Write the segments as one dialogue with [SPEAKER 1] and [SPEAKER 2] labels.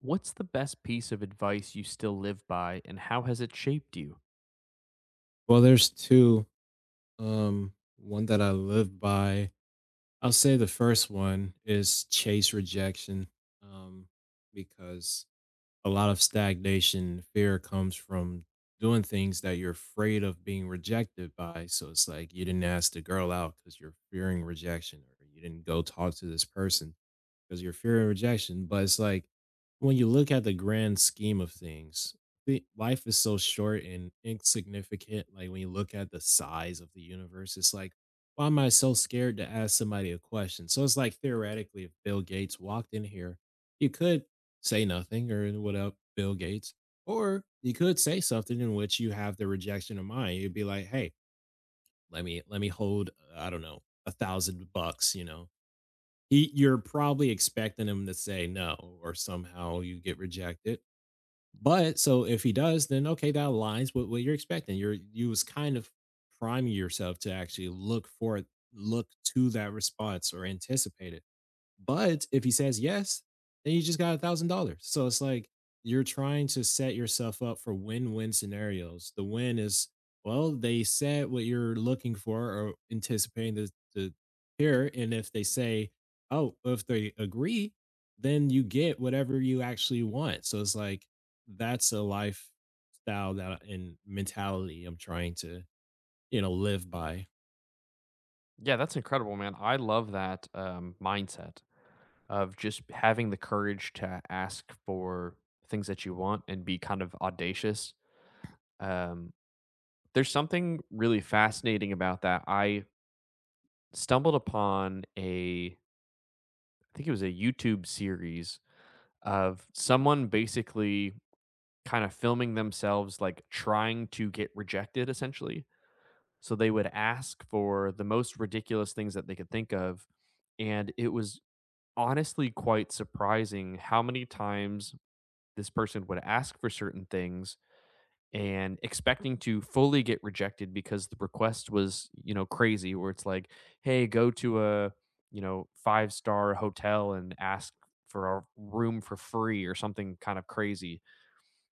[SPEAKER 1] What's the best piece of advice you still live by, and how has it shaped you?
[SPEAKER 2] Well, there's two. One that I live by. I'll say the first one is chase rejection, um, because a lot of stagnation fear comes from doing things that you're afraid of being rejected by. So it's like you didn't ask the girl out because you're fearing rejection, or you didn't go talk to this person because you're fearing rejection. But it's like when you look at the grand scheme of things, life is so short and insignificant. Like when you look at the size of the universe, it's like, why am I so scared to ask somebody a question? So it's like theoretically, if Bill Gates walked in here, you could say nothing or what up, Bill Gates, or you could say something in which you have the rejection of mind. You'd be like, hey, let me hold, I don't know, $1,000, you know, he you're probably expecting him to say no, or somehow you get rejected. But so if he does, then okay, that aligns with what you're expecting. You was kind of priming yourself to actually look for it, look to that response or anticipate it. But if he says yes, then you just got $1,000. So it's like you're trying to set yourself up for win-win scenarios. The win is, well, they said what you're looking for or anticipating to hear. And if they say, oh, if they agree, then you get whatever you actually want. So it's like that's a lifestyle and mentality I'm trying to, you know, live by.
[SPEAKER 1] Yeah, that's incredible, man. I love that mindset of just having the courage to ask for things that you want and be kind of audacious. Um, there's something really fascinating about that. I stumbled upon a, I think it was a YouTube series of someone basically kind of filming themselves like trying to get rejected essentially. So they would ask for the most ridiculous things that they could think of, and it was honestly quite surprising how many times this person would ask for certain things and expecting to fully get rejected because the request was, you know, crazy where it's like, "Hey, go to a, you know, five-star hotel and ask for a room for free," or something kind of crazy.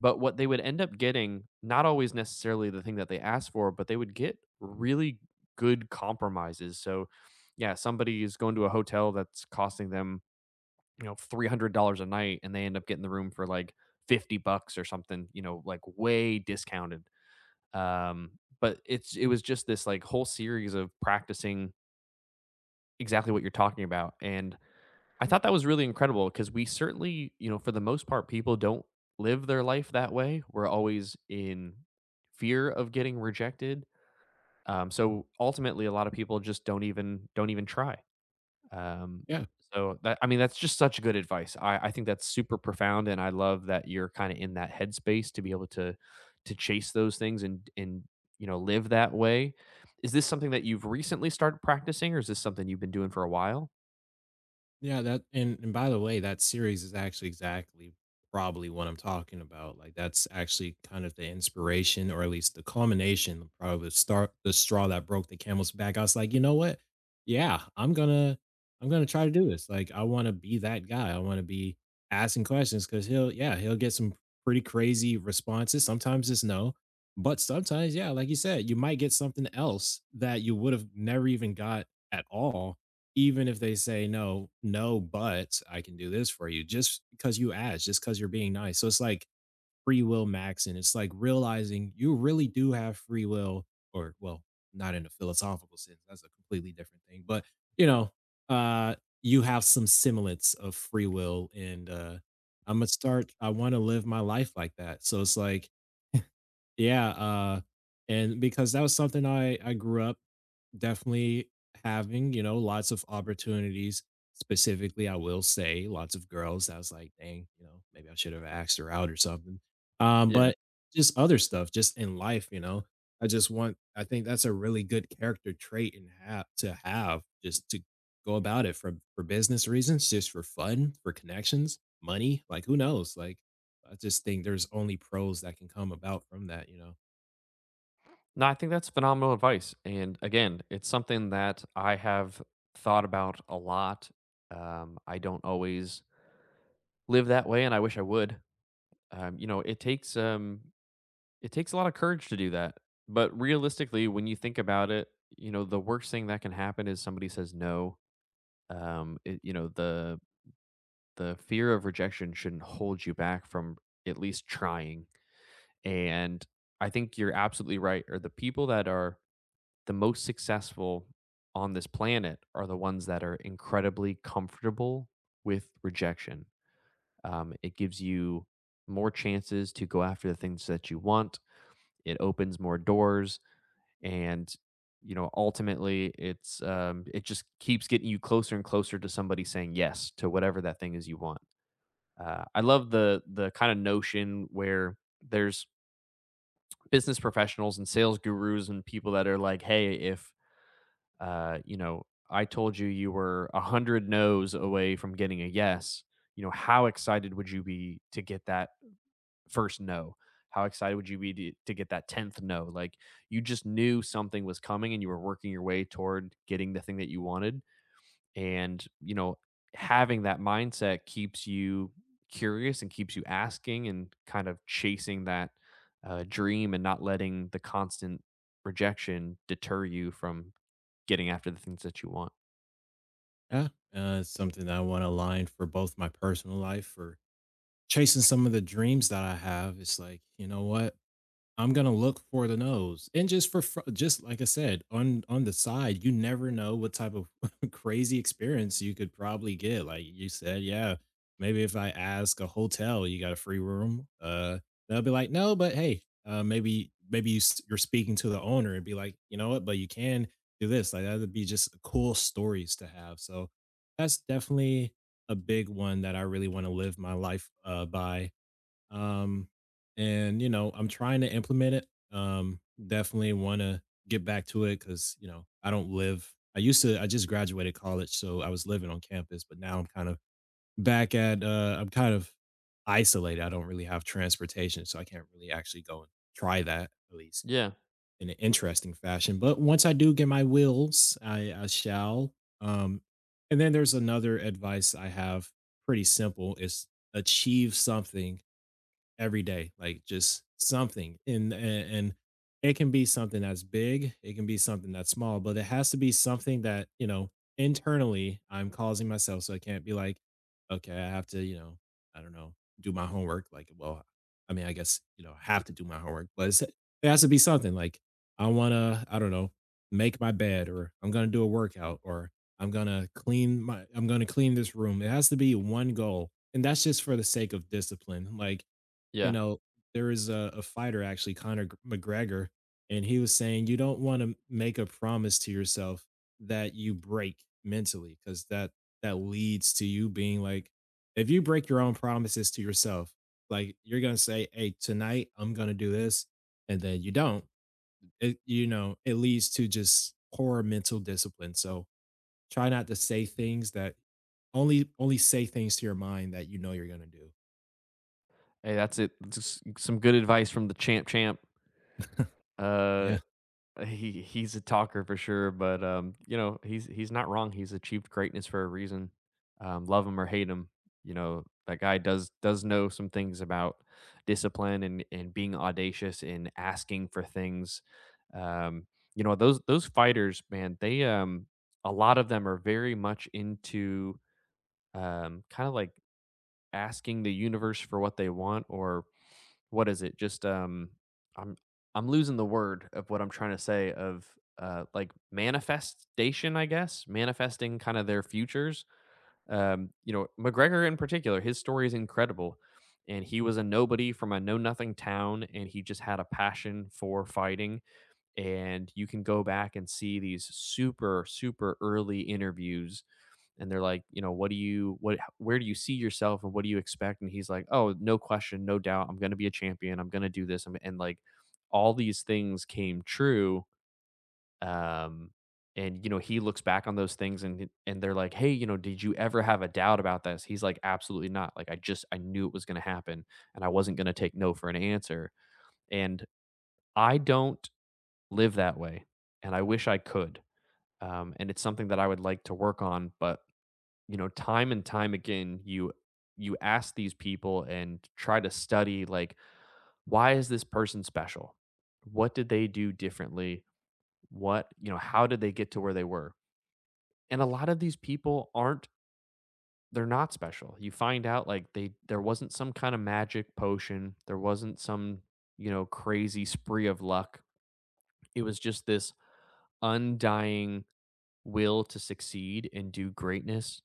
[SPEAKER 1] But what they would end up getting, not always necessarily the thing that they asked for, but they would get really good compromises. So, yeah, somebody is going to a hotel that's costing them, you know, $300 a night and they end up getting the room for like $50 or something, you know, like way discounted. But it was just this like whole series of practicing exactly what you're talking about, and I thought that was really incredible because we certainly, you know, for the most part, people don't live their life that way. We're always in fear of getting rejected. So ultimately, a lot of people just don't even try. Um,
[SPEAKER 2] Yeah.
[SPEAKER 1] so that I mean, that's just such good advice. I think that's super profound, and I love that you're kind of in that headspace to be able to chase those things and you know, live that way. Is this something that you've recently started practicing, or is this something you've been doing for a while?
[SPEAKER 2] Yeah, that and by the way, that series is actually exactly probably what I'm talking about. Like that's actually kind of the inspiration or at least the culmination, probably the start the straw that broke the camel's back. I was like, you know what? Yeah, I'm gonna try to do this. Like I wanna be that guy. I wanna be asking questions because he'll yeah, he'll get some pretty crazy responses. Sometimes it's no. But sometimes, yeah, like you said, you might get something else that you would have never even got at all even if they say, "No, no, but I can do this for you," just because you asked, just because you're being nice. So it's like free will max, and it's like realizing you really do have free will, or well, not in a philosophical sense. That's a completely different thing. But you know, uh, you have some semblance of free will, and I'm gonna start. I want to live my life like that. So it's like yeah, and because that was something I grew up definitely having, you know, lots of opportunities. Specifically, I will say lots of girls. I was like, dang, you know, maybe I should have asked her out or something. Um,
[SPEAKER 1] Yeah.
[SPEAKER 2] but just other stuff, just in life, you know. I just want I think that's a really good character trait and have to have just to go about it for business reasons, just for fun, for connections, money. Like who knows? Like I just think there's only pros that can come about from that, you know?
[SPEAKER 1] No, I think that's phenomenal advice. And again, it's something that I have thought about a lot. I don't always live that way, and I wish I would. You know, it takes a lot of courage to do that. But realistically, when you think about it, you know, the worst thing that can happen is somebody says no. You know, the fear of rejection shouldn't hold you back from at least trying. And I think you're absolutely right. Or the people that are the most successful on this planet are the ones that are incredibly comfortable with rejection. It gives you more chances to go after the things that you want. It opens more doors, and you know, ultimately, it just keeps getting you closer and closer to somebody saying yes to whatever that thing is you want. I love the kind of notion where there's business professionals and sales gurus and people that are like, hey, if you know, I told you you were a hundred no's away from getting a yes, you know, how excited would you be to get that first no? How excited would you be to, get that 10th no? Like you just knew something was coming and you were working your way toward getting the thing that you wanted. And, you know, having that mindset keeps you curious and keeps you asking and kind of chasing that dream and not letting the constant rejection deter you from getting after the things that you want.
[SPEAKER 2] Yeah. It's something that I want to align for both my personal life for chasing some of the dreams that I have. It's like, you know what? I'm gonna look for the nose, and just for just like I said on the side, you never know what type of crazy experience you could probably get. Like you said, yeah, maybe if I ask a hotel, you got a free room, they'll be like, no, but hey, maybe you're speaking to the owner and be like, you know what, but you can do this. Like that would be just cool stories to have. So that's definitely a big one that I really want to live my life by um and you know I'm trying to implement it um definitely want to get back to it because you know I don't live I used to I just graduated college so I was living on campus but now I'm kind of back at I'm kind of isolated. I don't really have transportation, so I can't really actually go and try that, at least
[SPEAKER 1] Yeah,
[SPEAKER 2] in an interesting fashion. But once I do get my wheels, I shall. um and then there's another advice I have, pretty simple, is achieve something every day, like just something. And it can be something that's big, it can be something that's small, but it has to be something that, you know, internally I'm causing myself. So it can't be like, okay, I have to, you know, I don't know, do my homework. Like, well, I mean, I guess, you know, I have to do my homework, but it's, it has to be something like I want to, I don't know, make my bed, or I'm going to do a workout, or I'm going to clean this room. It has to be one goal, and that's just for the sake of discipline. Like, you
[SPEAKER 1] yeah.
[SPEAKER 2] know, there is a fighter, actually, Conor G McGregor, and he was saying, "You don't wanna make a promise to yourself that you break mentally, because that leads to you being like," if you break your own promises to yourself, like, you're gonna say, "Hey, tonight, I'm gonna do this," and then you don't, it, you know, it leads to just poor mental discipline. So try not to say things that only say things to your mind that you know you're gonna do.
[SPEAKER 1] Hey, that's it. Just some good advice from the champ champ. Uh
[SPEAKER 2] Yeah.
[SPEAKER 1] he he's a talker for sure, but you know, he's not wrong. He's achieved greatness for a reason. Love him or hate him, you know, that guy does know some things about discipline and being audacious and asking for things. Um, you know, those fighters, man, they a lot of them are very much into kind of like asking the universe for what they want. Or what is it? Just I'm I'm losing the word of what I'm trying to say of like manifestation, I guess, manifesting kind of their futures. You know, McGregor in particular, his story is incredible. And he was a nobody from a know nothing town, and he just had a passion for fighting. And you can go back and see these super, super early interviews, and they're like, you know, what, where do you see yourself and what do you expect? And he's like, oh, no question, no doubt, I'm going to be a champion. I'm going to do this. And like all these things came true. Um, and you know, he looks back on those things and they're like, hey, you know, did you ever have a doubt about this? He's like, absolutely not. Like I knew it was going to happen, and I wasn't going to take no for an answer. And I don't live that way, and I wish I could. And it's something that I would like to work on, but you know, time and time again, you ask these people and try to study like why is this person special? What did they do differently? What, you know, how did they get to where they were? And a lot of these people aren't they're not special. You find out like they there wasn't some kind of magic potion. There wasn't some, you know, crazy spree of luck. It was just this undying will to succeed and do greatness,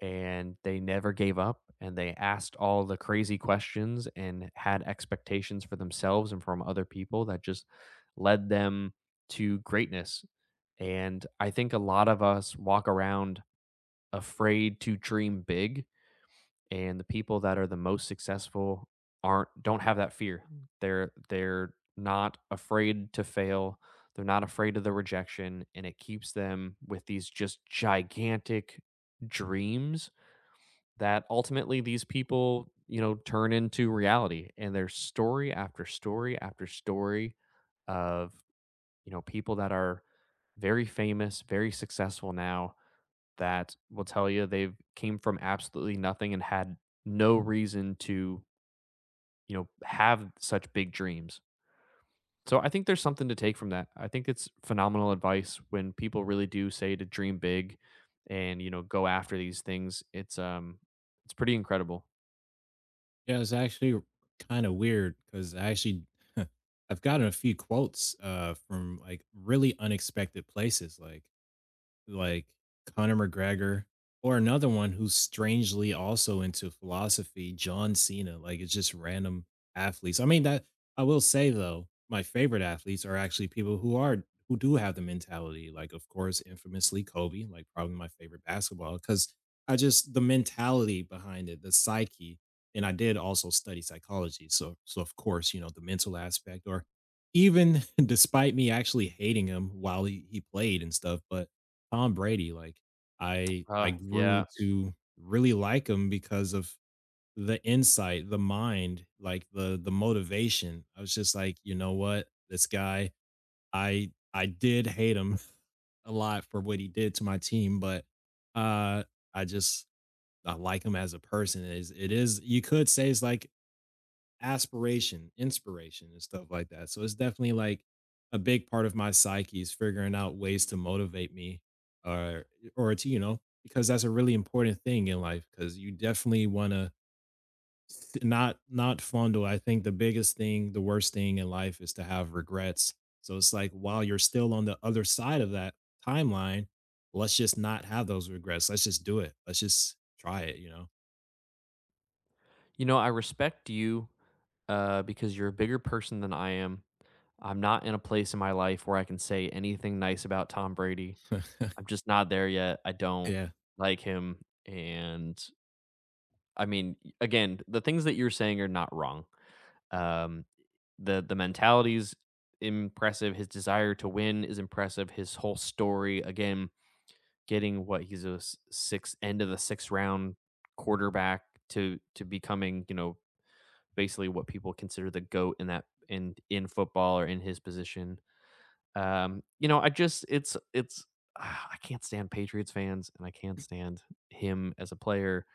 [SPEAKER 1] and they never gave up, and they asked all the crazy questions and had expectations for themselves and from other people that just led them to greatness. And I think a lot of us walk around afraid to dream big, and the people that are the most successful aren't don't have that fear. They're not afraid to fail. They're not afraid of the rejection, and it keeps them with these just gigantic dreams that ultimately these people, you know, turn into reality. And there's story after story after story of, you know, people that are very famous, very successful now that will tell you they've came from absolutely nothing and had no reason to, you know, have such big dreams. So I think there's something to take from that. I think it's phenomenal advice when people really do say to dream big and, you know, go after these things. It's pretty incredible.
[SPEAKER 2] Yeah, it's actually kind of weird because I actually I've gotten a few quotes from like really unexpected places. Like Conor McGregor, or another one who's strangely also into philosophy, John Cena. Like it's just random athletes. I mean that I will say though, my favorite athletes are actually people who are who do have the mentality. Like of course, infamously Kobe, like probably my favorite basketball, because I just the mentality behind it, the psyche. And I did also study psychology, so of course, you know, the mental aspect. Or even despite me actually hating him while he played and stuff, but Tom Brady, like, I
[SPEAKER 1] Uh
[SPEAKER 2] I
[SPEAKER 1] yeah,
[SPEAKER 2] grew to really like him because of the insight, the mind, like, the motivation. I was just like, "You know what? This guy, I did hate him a lot for what he did to my team, but, uh, I just I like him as a person." It is you could say it's like aspiration, inspiration, and stuff like that. So it's definitely like a big part of my psyche is figuring out ways to motivate me, or or to, you know, because that's a really important thing in life, because you definitely want to not fondle. I think the biggest thing, the worst thing in life is to have regrets. So it's like while you're still on the other side of that timeline, let's just not have those regrets. Let's just do it. Let's just try it, you know.
[SPEAKER 1] You know, I respect you because you're a bigger person than I am. I'm not in a place in my life where I can say anything nice about Tom Brady. I'm just not there yet. I don't
[SPEAKER 2] yeah.
[SPEAKER 1] like him. And I mean, again, the things that you're saying are not wrong. Um, the mentality's impressive. His desire to win is impressive. His whole story, again, getting what he's sixth, end of the sixth round quarterback to becoming, you know, basically what people consider the goat in that, in football or in his position. You know, I just it's uh, I can't stand Patriots fans and I can't stand him as a player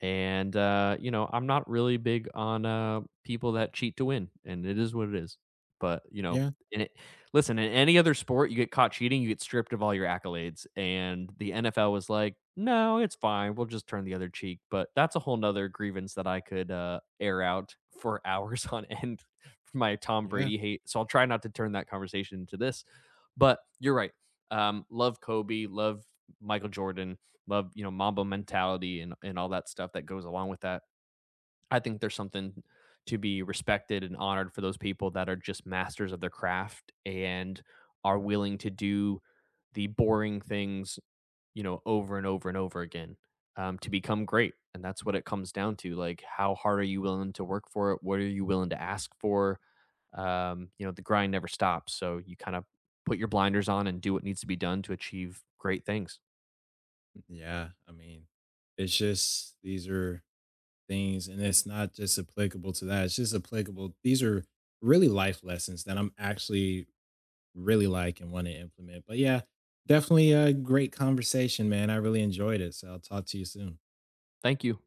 [SPEAKER 1] and, you know, I'm not really big on, people that cheat to win, and it is what it is. But, you know,
[SPEAKER 2] Yeah.
[SPEAKER 1] in it listen, in any other sport, you get caught cheating, you get stripped of all your accolades, and the NFL was like, "No, it's fine. We'll just turn the other cheek." But that's a whole nother grievance that I could, air out for hours on end, my Tom
[SPEAKER 2] Yeah.
[SPEAKER 1] Brady hate, so I'll try not to turn that conversation into this. But you're right. Love Kobe, love Michael Jordan, love you know, Mamba mentality and all that stuff that goes along with that. I think there's something to be respected and honored for those people that are just masters of their craft and are willing to do the boring things, you know, over and over and over again, to become great. And that's what it comes down to. Like, how hard are you willing to work for it? What are you willing to ask for? You know, the grind never stops. So you kind of put your blinders on and do what needs to be done to achieve great things.
[SPEAKER 2] Yeah, I mean, it's just these are things, and it's not just applicable to that. It's just applicable. These are really life lessons that I'm actually really like and want to implement. But yeah, definitely a great conversation, man. I really enjoyed it. So I'll talk to you soon.
[SPEAKER 1] Thank you.